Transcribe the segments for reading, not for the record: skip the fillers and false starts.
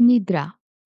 निद्रा.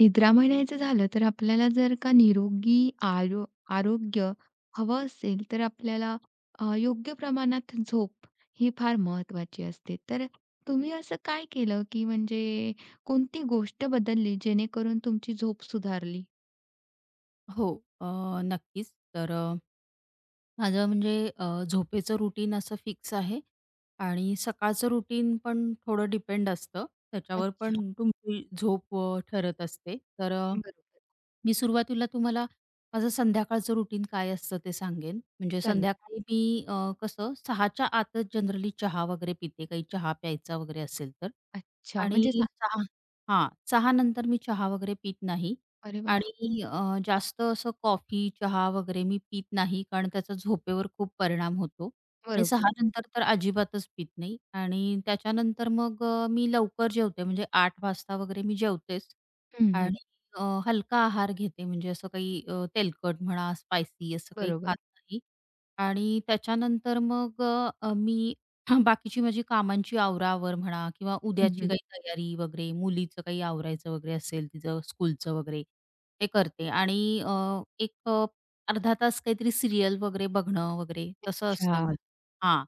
निद्रा म्हणायचं झालं तर आपल्याला जर का निरोगी आरोग्य हवं असेल, तर आपल्याला योग्य प्रमाणात झोप ही फार महत्त्वाची असते. तर तुम्ही असं काय केलं, की म्हणजे कोणती गोष्ट बदलली जेणेकरून तुमची झोप सुधारली? हो, अ, नक्कीच. तर माझं म्हणजे झोपेचं रुटीन असं फिक्स आहे आणि सकाळचं रुटीन पण थोडं डिपेंड असतं. त्याच्यावर अच्छा. पण तुमची झोप ठरत असते. तर बरोबर. मी सुरुवातीला तुम्हाला माझं संध्याकाळचं रुटीन काय असतं ते सांगेन. म्हणजे चालेल. संध्याकाळी मी कसं 6च्या आतच जनरली चहा वगैरे पिते, काही चहा प्यायचा वगैरे असेल तर. अच्छा. आणि म्हणजे सा. 6 हां, 6 नंतर मी चहा वगैरे पीत नाही अरे वाह! आणि जास्त असं कॉफी, चहा वगैरे मी पीत नाही, कारण त्याचा झोपेवर खूप परिणाम होतो. आणि 6 बरोबर. नंतर तर अजिबातच पीत नाही आणि त्याच्यानंतर मग मी लवकर जेवते म्हणजे 8 वाजता वगैरे मी जेवतेच. हं, आणि हं. हलका आहार घेते म्हणजे असं काही तेलकट म्हणा, स्पायसी असं काही बरोबर. खात नाही आणि त्याच्यानंतर मग मी बाकीची माझी कामांची आवराआवर म्हणा किंवा हं, उद्याची हं. काही तयारी वगैरे, मुलीचं काही आवरायचं वगैरे असेल तिचं स्कूलचं वगैरे, ते करते आणि अ, एक अ, अर्धा तास काहीतरी सीरियल वगैरे बघणं वगैरे तसं असतं अच्छा. माझं. हां.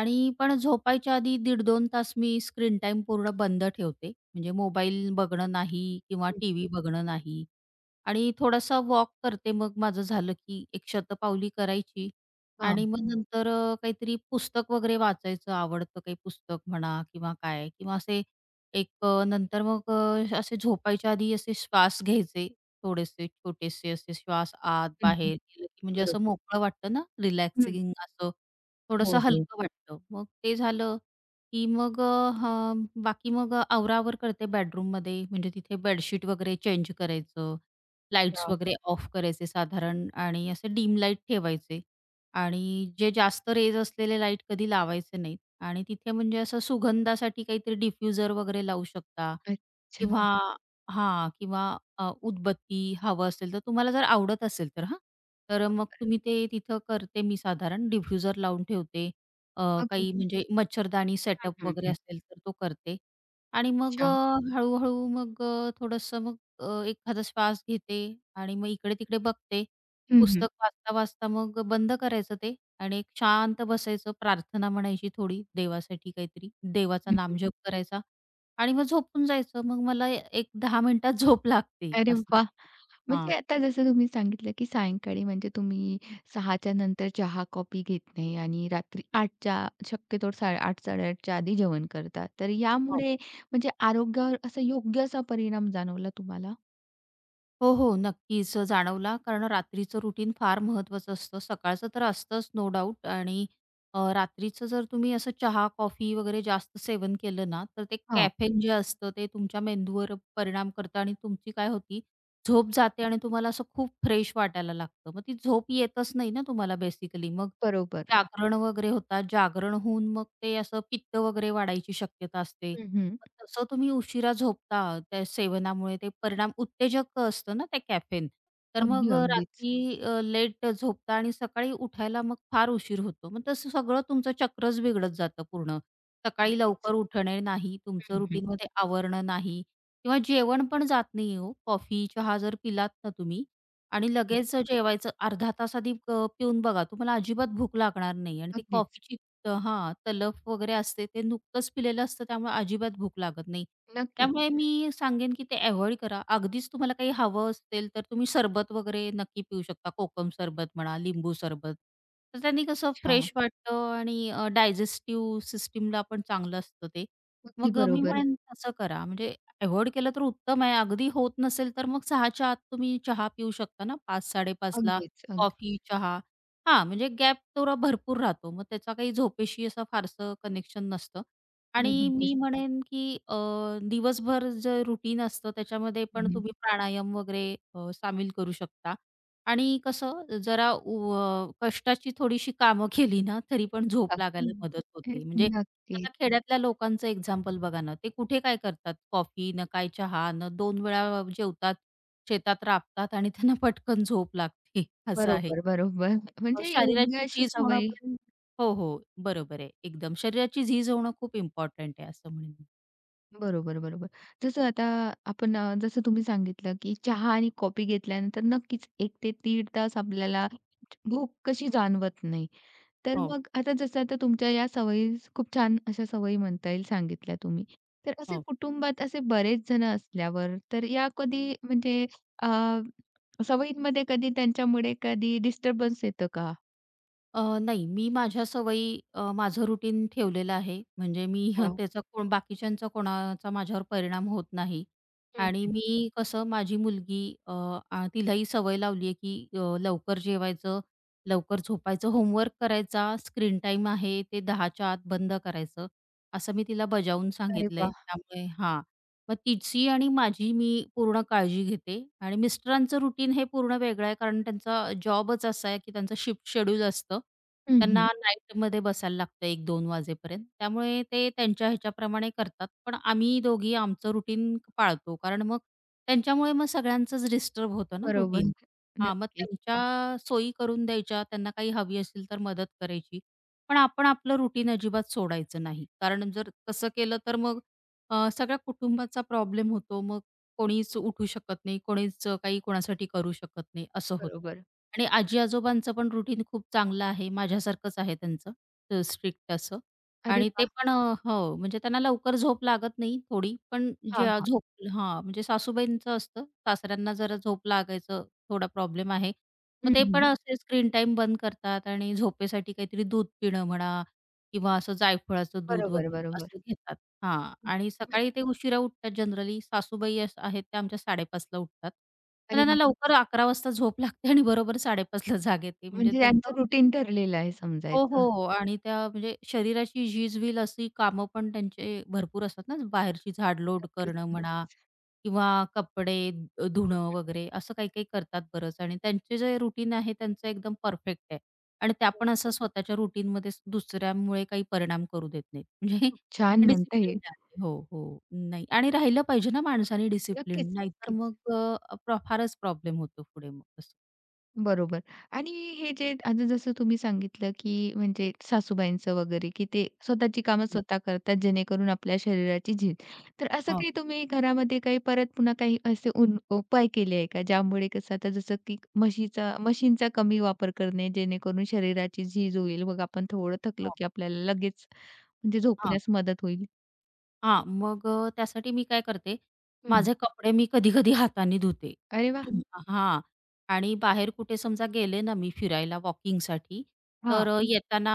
आणि पण झोपायच्या आधी 1 15 तास मी स्क्रीन टाईम पूर्ण बंद ठेवते. म्हणजे मोबाईल बघणं नाही किंवा हं, टीव्ही बघणं नाही आणि थोडासा वॉक करते. मग माझं झालं की एक शतपावली करायची आणि हां. मग हं. नंतर काहीतरी पुस्तक वगैरे वाचायचं आवडतं काही पुस्तक म्हणा किंवा काय किंवा असे एक अ, नंतर मग अ, असे झोपायच्या आधी असे श्वास घ्यायचे थोडेसे छोटेसे असे श्वास आत हं, हं. बाहेर गेलं की म्हणजे बरोबर. असं मोकळं वाटतं ना हं. रिलॅक्सिंग असं थोडंसं हो, हो. हलकं वाटतं. मग ते झालं, की मग बाकी मग आवराआवर करते बेडरूममध्ये. म्हणजे तिथे बेडशीट वगैरे चेंज करायचं, अच्छा. लाईट्स वगैरे ऑफ करायचे साधारण आणि असे डीम लाईट ठेवायचे आणि जे जास्त रेज असलेले लाईट कधी लावायचे नाहीत आणि तिथे म्हणजे असं सुगंधासाठी काहीतरी डिफ्युजर वगैरे लावू शकता अच्छा. किंवा हां, किंवा अ, उदबत्ती हवं असेल तर तुम्हाला जर आवडत असेल तर हां. तर मग बरोबर. तुम्ही ते तिथं करते मी साधारण डिफ्युजर लावून ठेवते. अ, अगं! काही म्हणजे मच्छरदाणी हं, सेटअप हं, वगैरे हं. असेल तर तो करते. आणि मग अच्छा. हळू-हळू मग थोडंसं मग एखादा श्वास घेते आणि मग इकडे-तिकडे बघते. हं, हं. पुस्तक वाचता-वाचता मग बंद करायचं ते आणि एक शांत बसायचं, प्रार्थना म्हणायची थोडी देवासाठी काहीतरी, देवाचा हं, हं. नामजप करायचा. आणि मग झोपून जायचं. मग मला एक 10 मिनिटात झोप लागते अरे असं. वाह! हां. म्हणजे आता जसं तुम्ही सांगितलं, की सायंकाळी म्हणजे तुम्ही 6च्या नंतर चहा, कॉफी घेत नाही आणि रात्री 8च्या शक्यतो 8:00-8:30च्या आधी जेवण करता. तर यामुळे म्हणजे आरोग्यावर असा योग्य असा परिणाम जाणवला तुम्हाला? हो, हो. नक्कीच जाणवला. कारण रात्रीचं रुटीन फार महत्त्वाचं असतं. सकाळचं तर असतंच नो डाऊट आणि रात्रीचं जर तुम्ही असं चहा, कॉफी वगैरे जास्त सेवन केलं ना, तर ते हां. कॅफेन जे असतं ते तुमच्या मेंदूवर परिणाम करतं आणि तुमची काय होती, झोप जाते आणि तुम्हाला असं खूप फ्रेश वाटायला लागतं. मग ती झोप येतच नाही ना तुम्हाला बेसिकली. मग बरोबर. जागरण वगैरे होतात. जागरण होऊन मग ते असं पित्त वगैरे वाढायची शक्यता असते. हं, हं. मग तसं तुम्ही उशिरा झोपता त्या सेवनामुळे ते परिणाम उत्तेजक असतं ना ते कॅफेन. तर अगदी, मग अगदीच. रात्री लेट झोपता आणि सकाळी उठायला मग फार उशीर होतो. मग तसं सगळं तुमचं चक्रच बिघडत जातं पूर्ण. सकाळी लवकर अगदीच. उठणे नाही, तुमचं हं, हं. रुटीनमध्ये आवरणं नाही किंवा जेवण पण जात नाही हो. कॉफी, चहा जर पिलात ना तुम्ही आणि लगेच जेवायचं अर्धा तास आधी पिऊन बघा तुम्हाला अजिबात भूक लागणार नाही आणि ती अगदीच. कॉफीची तलफ वगैरे असते ते नुकतंच पिलेलं असतं त्यामुळे अजिबात भूक लागत नाही. नक्कीच. त्यामुळे मी सांगेन की ते अव्हॉइड करा. अगदीच तुम्हाला काही हवं असेल तर तुम्ही सरबत वगैरे नक्की पिऊ शकता. कोकम सरबत म्हणा, लिंबू सरबत. तर त्यांनी कसं अच्छा. फ्रेश वाटतं आणि डायजेस्टिव्ह सिस्टमला पण चांगलं असतं ते. अगदी मग मी बरोबर. म्हणेन तसं करा. म्हणजे अव्हॉइड केलं तर उत्तम आहे. अगदी होत नसेल तर मग 6च्या आत तुम्ही चहा पिऊ शकता ना 5, 5:30ला अगदीच. अगदी. कॉफी, चहा. हां, म्हणजे गॅप तेवढा भरपूर राहतो. मग त्याचा काही झोपेशी असं फारसं कनेक्शन नसतं आणि अगदीच. मी म्हणेन, की दिवसभर जे रुटीन असतं त्याच्यामध्ये पण हं, हं. तुम्ही प्राणायाम वगैरे सामील करू शकता आणि कसं जरा कष्टाची थोडीशी कामं केली ना, तरी पण झोप लागायला हं. मदत होते. म्हणजे आता नक्कीच. खेड्यातल्या लोकांचं एक्झाम्पल बघा ना, ते कुठे काय करतात कॉफी, ना काय चहा, ना 2 वेळा जेवतात, शेतात राबतात आणि त्यांना पटकन झोप लागते असं आहे. बरोबर, बरोबर. म्हणजे योग्य शरीराची अशी झीज होणं सवय. पण हो, हो. बरोबर आहे. एकदम शरीराची झीज होणं खूप इम्पॉर्टंट आहे असं म्हणेन मी. बरोबर, बरोबर. जसं आता आपण जसं तुम्ही सांगितलं, की चहा आणि कॉफी घेतल्यानंतर नक्कीच एक ते 3 तास आपल्याला भूक कशी जाणवत नाही. तर हो, मग आता जसं आता तुमच्या या सवयी खूप छान अशा सवयी म्हणता येईल सांगितल्या तुम्ही. तर असे हो. कुटुंबात असे बरेच जण असल्यावर तर या कधी म्हणजे अ, सवयींमध्ये कधी त्यांच्यामुळे कधी डिस्टर्बन्स येतं का? नाही मी माझ्या सवयी माझं रुटीन ठेवलेलं आहे. म्हणजे मी अच्छा. त्याचा कोण बाकीच्यांचा कोणाचा माझ्यावर परिणाम होत नाही. हं. आणि मी कसं माझी मुलगी तिलाही सवय लावली आहे, की लवकर जेवायचं, लवकर झोपायचं, होमवर्क करायचा, स्क्रीन टाईम आहे ते 10च्या आत बंद करायचं. असं मी तिला बजावून अरे सांगितलंय. वाह! त्यामुळे हां. मग तिची आणि माझी मी पूर्ण काळजी घेते आणि मिस्टरांचं रुटीन हे पूर्ण वेगळं आहे कारण त्यांचा जॉबच असा आहे की त्यांचं शिफ्ट शेड्यूल असतं. हं, त्यांना हं. नाईटमध्ये बसायला लागतं 1-2 वाजेपर्यंत. त्यामुळे ते त्यांच्या ह्याच्याप्रमाणे करतात. पण आम्ही दोघी आमचं रुटीन पाळतो. कारण मग त्यांच्यामुळे मग सगळ्यांचंच डिस्टर्ब होतं ना बरोबर. रुटीन. हां, मग नक्कीच, त्यांच्या सोयी करून द्यायच्या, त्यांना काही हवी असेल तर मदत करायची. पण आपण आपलं रुटीन अजिबात सोडायचं नाही. कारण जर तसं केलं तर मग सगळ्या कुटुंबाचा प्रॉब्लेम होतो. मग कोणीच उठू शकत नाही, कोणीच काही कोणासाठी करू शकत नाही, असं होतं. बरोबर. आणि आजी-आजोबांचं पण रुटीन खूप चांगलं आहे. माझ्यासारखंच आहे त्यांचं स्ट्रिक्ट असं. अरे आणि ते वाह! पण हो, म्हणजे त्यांना लवकर झोप लागत नाही थोडी, पण हां, ज्या हां. झोप हां, म्हणजे सासूबाईंचं असतं. सासऱ्यांना जरा झोप लागायचं थोडा प्रॉब्लेम आहे. मग हं, ते पण हं. असे स्क्रीन टाईम बंद करतात आणि झोपेसाठी काहीतरी दूध पिणं म्हणा किंवा असं जायफळाचं दूध बरोबर, वगैरे बरोबर. असं घेतात. हां. आणि हं. सकाळी ते उशिरा उठतात जनरली. सासूबाई अस आहेत त्या आमच्या 5:30ला उठतात. मग अरे त्यांना वाह! लवकर 11 वाजता झोप लागते आणि बरोबर 5:30ला जाग येते. म्हणजे म्हणजे त्यांचा त्यांचं रुटीन ठरलेलं आहे हो, समजायचं. हो. आणि त्या म्हणजे शरीराची झीज-विल अशी कामं पण त्यांचे भरपूर असतात ना, बाहेरची झाडलोट नक्कीच, करणं म्हणा नक्कीच. किंवा कपडे धुणं वगैरे असं काही-काही करतात बरंच आणि त्यांचे जे रुटीन आहे त्यांचं एकदम परफेक्ट आहे. आणि त्या हो, पण असं स्वतःच्या रुटीनमध्ये दुसऱ्यामुळे काही परिणाम करू देत नाहीत. म्हणजे खूप छान म्हणता डिसिप्लिन्ड येईल. आहे. हो, हो. नाही आणि राहिलं पाहिजे ना माणसाने नक्कीच, डिसिप्लिन नाहीतर नक्कीच. मग अ, प्र फारच प्रॉब्लेम होतो पुढे मग असं. बरोबर. आणि हे जे आता जसं तुम्ही सांगितलं, की म्हणजे सासूबाईंचं वगैरे, की ते स्वतःची कामं हं. स्वतः करतात जेणेकरून आपल्या शरीराची झीज. तर असं हो, काही तुम्ही घरामध्ये काही परत पुन्हा काही असे उपाय केले आहे का? ज्यामुळे कसं आता जसं की म्हशीचा मशीनचा कमी वापर करणे जेणेकरून शरीराची झीज होईल. मग आपण थोडं थकलो हो. की आपल्याला लगेच म्हणजे हां. झोपण्यास मदत होईल. हां, मग त्यासाठी मी काय करते, हं. माझे कपडे मी कधी-कधी हाताने धुते. अरे वाह! हं. हां. आणि बाहेर कुठे समजा गेले ना मी फिरायला वॉकिंगसाठी, हां. तर येताना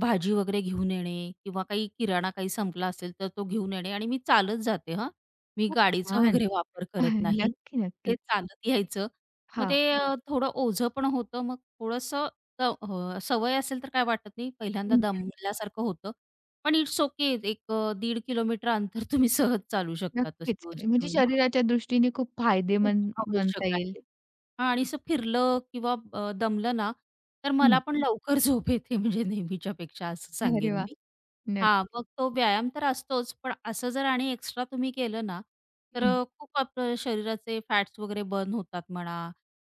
भाजी वगैरे घेऊन येणे किंवा काही किराणा काही संपला असेल, तर तो घेऊन येणे आणि मी चालत जाते हां. मी खूप गाडीचा छान. वगैरे वापर करत नाही. नक्की, ते नक्कीच. चालत यायचं. मग हां. ते थोडं ओझं पण होतं. मग थोडंसं सवय असेल तर काय वाटत नाही. पहिल्यांदा दमल्यासारखं होतं. पण इट्स ओके. एक 1.5 किलोमीटर अंतर तुम्ही सहज चालू शकता तशी नक्कीच. शूज म्हणजे घेऊन. शरीराच्या दृष्टीने खूप हां, फायदेमंद खूप आवश्यक म्हणता येईल. आहे. हां आणि असं फिरलं किंवा दमलं ना, तर मला हं. पण लवकर झोप येते म्हणजे नेहमीच्यापेक्षा असं अरे सांगेन वाह! मी. हां, मग नक्की. तो व्यायाम तर असतोच, पण असं जर आणि एक्स्ट्रा तुम्ही केलं ना, तर हं, खूप आपलं शरीराचे फॅट्स वगैरे बर्न होतात म्हणा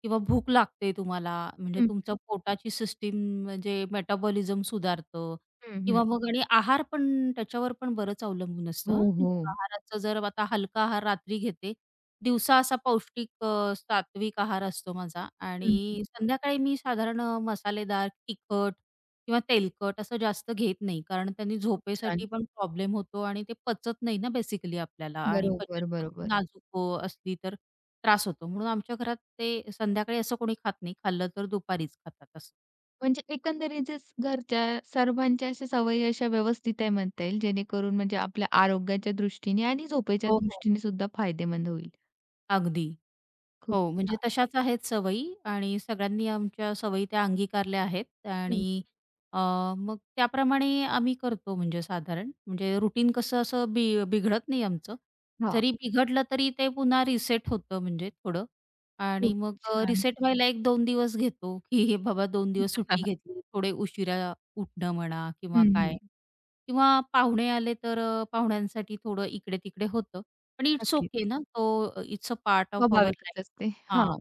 किंवा भूक लागते तुम्हाला, म्हणजे हं, तुमचं पोटाची सिस्टीम म्हणजे मेटाबॉलिझम सुधारतं हं, हं. किंवा मग आणि आहार पण त्याच्यावर पण बरंच अवलंबून असतं हो, हं, हो. म्हणजे आहाराचं जर आता हलका आहार रात्री घेते, दिवसा असा पौष्टिक सात्विक आहार असतो माझा हं, हं. आणि संध्याकाळी मी साधारण मसालेदार, तिखट किंवा तेलकट असं जास्त घेत नाही. कारण त्यांनी खूप झोपेसाठी छान. पण प्रॉब्लेम होतो आणि ते पचत नाही ना बेसिकली आपल्याला आणि बरोबर, पचनशक्ती बरोबर. नाजूक असली तर त्रास होतो. म्हणून आमच्या घरात ते संध्याकाळी असं कोणी खात नाही. खाल्लं तर दुपारीच खातात असं. म्हणजे एकंदरीतच घरच्या सर्वांच्या अशा सवयी अशा व्यवस्थित आहे म्हणता येईल, जेणेकरून म्हणजे आपल्या आरोग्याच्या दृष्टीने आणि झोपेच्या हो, हो. दृष्टीने सुद्धा फायदेमंद होईल. अगदी. खूप हो, म्हणजे छान. तशाच आहेत सवयी आणि सगळ्यांनी आमच्या सवयी त्या अंगीकारल्या आहेत हं, हं. आणि अ, मग त्याप्रमाणे आम्ही करतो म्हणजे साधारण. म्हणजे रुटीन कसं असं बिघडत नाही आमचं. हां. जरी बिघडलं तरी ते पुन्हा रिसेट होतं म्हणजे थोडं आणि खूप मग छान. रिसेट व्हायला 1-2 दिवस घेतो, की हे बाबा 2 दिवस सुट्टी घेतली, थोडे उशिरा उठणं म्हणा किंवा हं, काय हं. किंवा पाहुणे आले तर पाहुण्यांसाठी थोडं इकडे-तिकडे होतं. पण इट्स नक्कीच. ओके ना. तो it's a part of our life. स्वाभाविकच असते. हां, हां.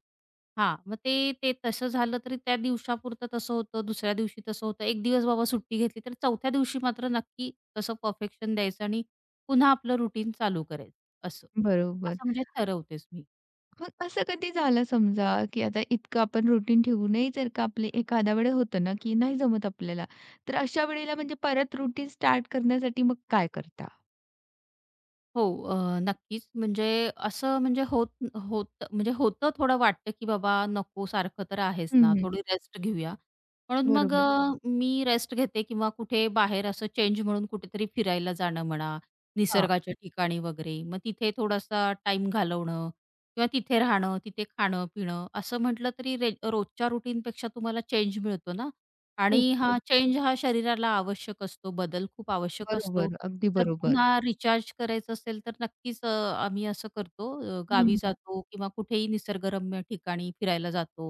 हां. मग ते ते तसं झालं तरी त्या दिवसापुरतं तसं होतं, दुसऱ्या दिवशी तसं होतं. एक दिवस बाबा सुट्टी घेतली, तर चौथ्या दिवशी मात्र नक्की तसं परफेक्शन द्यायचं आणि पुन्हा आपलं रुटीन चालू करायचं असं. बरोबर. असं म्हणजे ठरवतेच मी. मग असं कधी झालं समजा, की आता इतकं आपण रुटीन ठेवूनही जर का आपली एखाद्या वेळेस होतं ना, की नाही जमत आपल्याला, तर अशा वेळेला म्हणजे परत रुटीन स्टार्ट करण्यासाठी मग काय करता? हो, नक्कीच. म्हणजे असं म्हणजे होत होतं म्हणजे होतं थोडं वाटतं, की बाबा नको सारखं तर आहेच हं, ना, हं. थोडी रेस्ट घेऊया. म्हणून मग बरोबर. मी रेस्ट घेते किंवा कुठे बाहेर असं चेंज म्हणून कुठेतरी फिरायला जाणं म्हणा, हां. निसर्गाच्या ठिकाणी वगैरे. मग तिथे थोडासा टाईम घालवणं किंवा तिथे राहणं, तिथे खाणं-पिणं असं म्हटलं तरी रोजच्या रुटीनपेक्षा तुम्हाला चेंज मिळतो ना खूप, आणि हा खूप. चेंज हा शरीराला आवश्यक असतो, बदल खूप आवश्यक असतो. बरोबर. अगदी जर बरोबर. पुन्हा रिचार्ज करायचं असेल, तर नक्कीच आम्ही असं करतो हं, गावी हं. जातो किंवा कुठेही निसर्गरम्य ठिकाणी फिरायला जातो.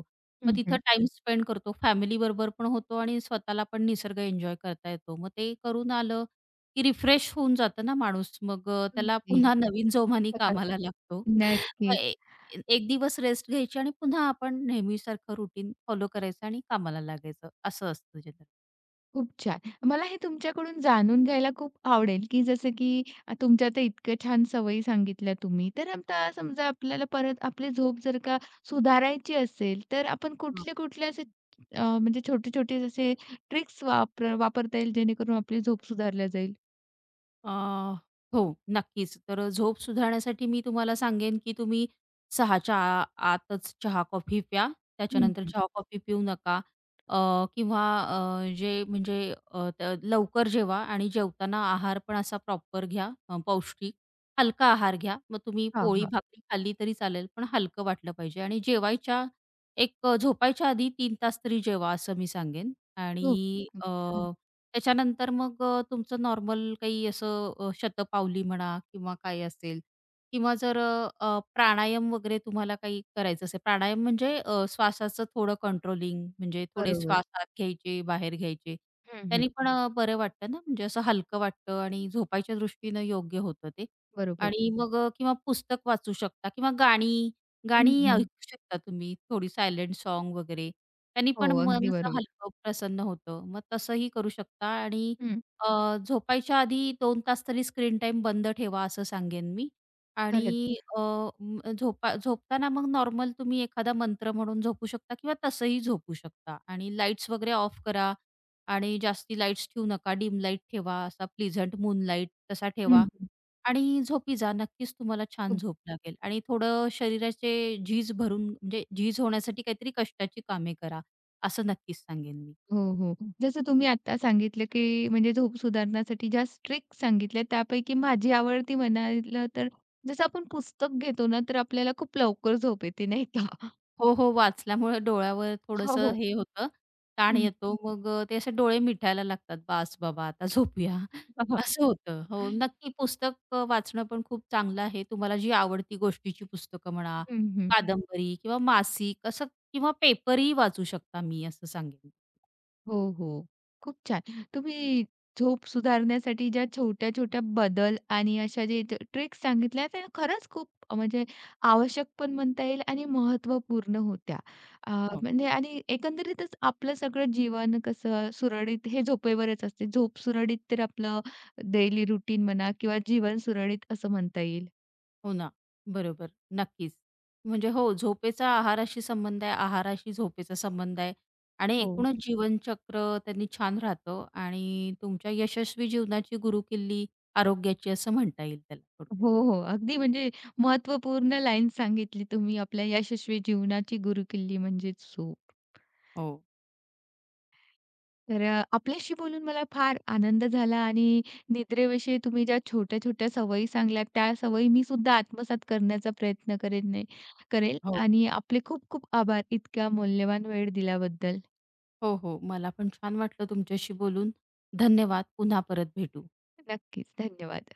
मग हं, तिथं हं. टाईम स्पेंड करतो. फॅमिलीबरोबर पण होतो आणि स्वतःला पण निसर्ग एन्जॉय करता येतो. मग ते करून आलं, की रिफ्रेश होऊन जातं ना माणूस. मग त्याला अगदी. पुन्हा नवीन जोमाने कामाला लागतो. मग नक्कीच. एक दिवस रेस्ट घ्यायची आणि पुन्हा आपण नेहमीसारखं रुटीन फॉलो करायचं आणि कामाला लागायचं. असं असतं जनरली. खूप छान. मला हे तुमच्याकडून जाणून घ्यायला खूप आवडेल, की जसं की तुमच्या तर इतक्या छान सवयी सांगितल्या तुम्ही. तर आता समजा आपल्याला परत आपली झोप जर का सुधारायची असेल, तर आपण कुठले-कुठले असे म्हणजे छोटे-छोटे जसे ट्रिक्स वापर वापरता येईल जेणेकरून आपली झोप सुधारली जाईल? अ, हो, नक्कीच. तर झोप सुधारण्यासाठी मी तुम्हाला सांगेन, की तुम्ही 6च्या आ आतच चहा-कॉफी प्या. हं, त्याच्यानंतर हं. चहा-कॉफी पिऊ नका. अ, किंवा जे म्हणजे अ, त लवकर जेवा आणि जेवताना आहार पण असा प्रॉपर घ्या, पौष्टिक. हलका आहार घ्या. मग तुम्ही हां, हां. पोळी-भाकरी खाल्ली तरी चालेल, पण हलकं वाटलं पाहिजे. आणि झोपायच्या आधी 3 तास तरी जेवा, असं मी सांगेन. खूप, आणि खूप छान. त्याच्यानंतर मग तुमचं नॉर्मल काही असं शतपावली म्हणा किंवा काय असेल किंवा जर अ, अ, प्राणायाम वगैरे तुम्हाला काही करायचं असेल, प्राणायाम म्हणजे श्वासाचं थोडं कंट्रोलिंग म्हणजे थोडे बरोबर. श्वास आत घ्यायचे, बाहेर घ्यायचे. हं, हं. त्यांनी पण बरं वाटतं ना, म्हणजे असं हलकं वाटतं आणि झोपायच्या दृष्टीनं योग्य होतं ते. बरोबर. आणि मग किंवा पुस्तक वाचू शकता किंवा हं, गाणी हं. ऐकू शकता तुम्ही थोडी सायलेंट सॉन्ग वगैरे त्यांनी हो, पण मन अगदी असं बरोबर. हलकं प्रसन्न होतं. मग तसंही करू शकता आणि हं. झोपायच्या आधी 2 तास तरी स्क्रीन टाईम बंद ठेवा असं सांगेन मी. खरंच. आणि अ, म झोपा झोपताना मग नॉर्मल तुम्ही एखादा मंत्र म्हणून झोपू शकता किंवा तसंही झोपू शकता आणि लाईट्स वगैरे ऑफ करा आणि जास्ती लाईट्स ठेवू नका. डिम लाईट ठेवा, असा प्लीझंट मून लाईट तसा हं, ठेवा हं. आणि झोपी जा. नक्कीच तुम्हाला छान खूप. झोप लागेल आणि थोडं शरीराचे झीज भरून म्हणजे झीज होण्यासाठी काहीतरी कष्टाची कामे करा. असं नक्कीच सांगेन मी. हो, हो. जसं तुम्ही आत्ता सांगितलं, की म्हणजे झोप सुधारण्यासाठी ज्या ट्रिक सांगितल्या त्यापैकी माझी आवडती म्हणायला तर जसं आपण पुस्तक घेतो ना, तर आपल्याला खूप लवकर झोप येते नाही का? हो, हो. वाचल्यामुळे डोळ्यावर हो, थोडंसं हो. हे होतं, ताण हं. येतो. मग ते असे डोळे मिठायला लागतात, "बास बाबा आता झोपूया." असं होतं. हो, नक्की पुस्तक वाचणं पण खूप चांगलं आहे. तुम्हाला जी आवडती गोष्टीची पुस्तकं म्हणा, हं, हं. कादंबरी किंवा मासिक असं किंवा पेपरही वाचू शकता मी असं सांगेन. हो, हो. खूप छान. तुम्ही झोप सुधारण्यासाठी ज्या छोट्या-छोट्या बदल आणि अशा जे ट्रिक्स सांगितल्या त्या खरंच खूप म्हणजे आवश्यक पण म्हणता येईल आणि महत्त्वपूर्ण होत्या. अ, हो म्हणजे आणि एकंदरीतच आपलं सगळं जीवन कसं सुरळीत हे झोपेवरच असते. झोप सुरळीत तर आपलं डेली रुटीन म्हणा किंवा जीवन सुरळीत असं म्हणता येईल. हो ना. बरोबर. नक्कीच. म्हणजे हो, झोपेचा आहाराशी संबंध आहे, आहाराशी झोपेचा संबंध आहे आणि हो. एकूणच हं. जीवनचक्र त्यांनी छान राहतं आणि तुमच्या यशस्वी जीवनाची गुरुकिल्ली आरोग्याची असं म्हणता येईल त्याला थोडक्यात. हो, हो. अगदी म्हणजे महत्त्वपूर्ण लाईन सांगितली तुम्ही आपल्या यशस्वी जीवनाची गुरुकिल्ली म्हणजेच झोप. हो. तर आपल्याशी बोलून मला फार आनंद झाला आणि निद्रेविषयी तुम्ही ज्या छोट्या-छोट्या सवयी सांगल्यात, त्या सवयी मी सुद्धा आत्मसात करण्याचा प्रयत्न करेन नाही करेल हो. आणि आपले खूप खूप आभार इतका मौल्यवान वेळ दिल्याबद्दल. हो, हो. मला पण छान वाटलं तुमच्याशी बोलून. धन्यवाद. पुन्हा परत भेटू. नक्कीच, धन्यवाद.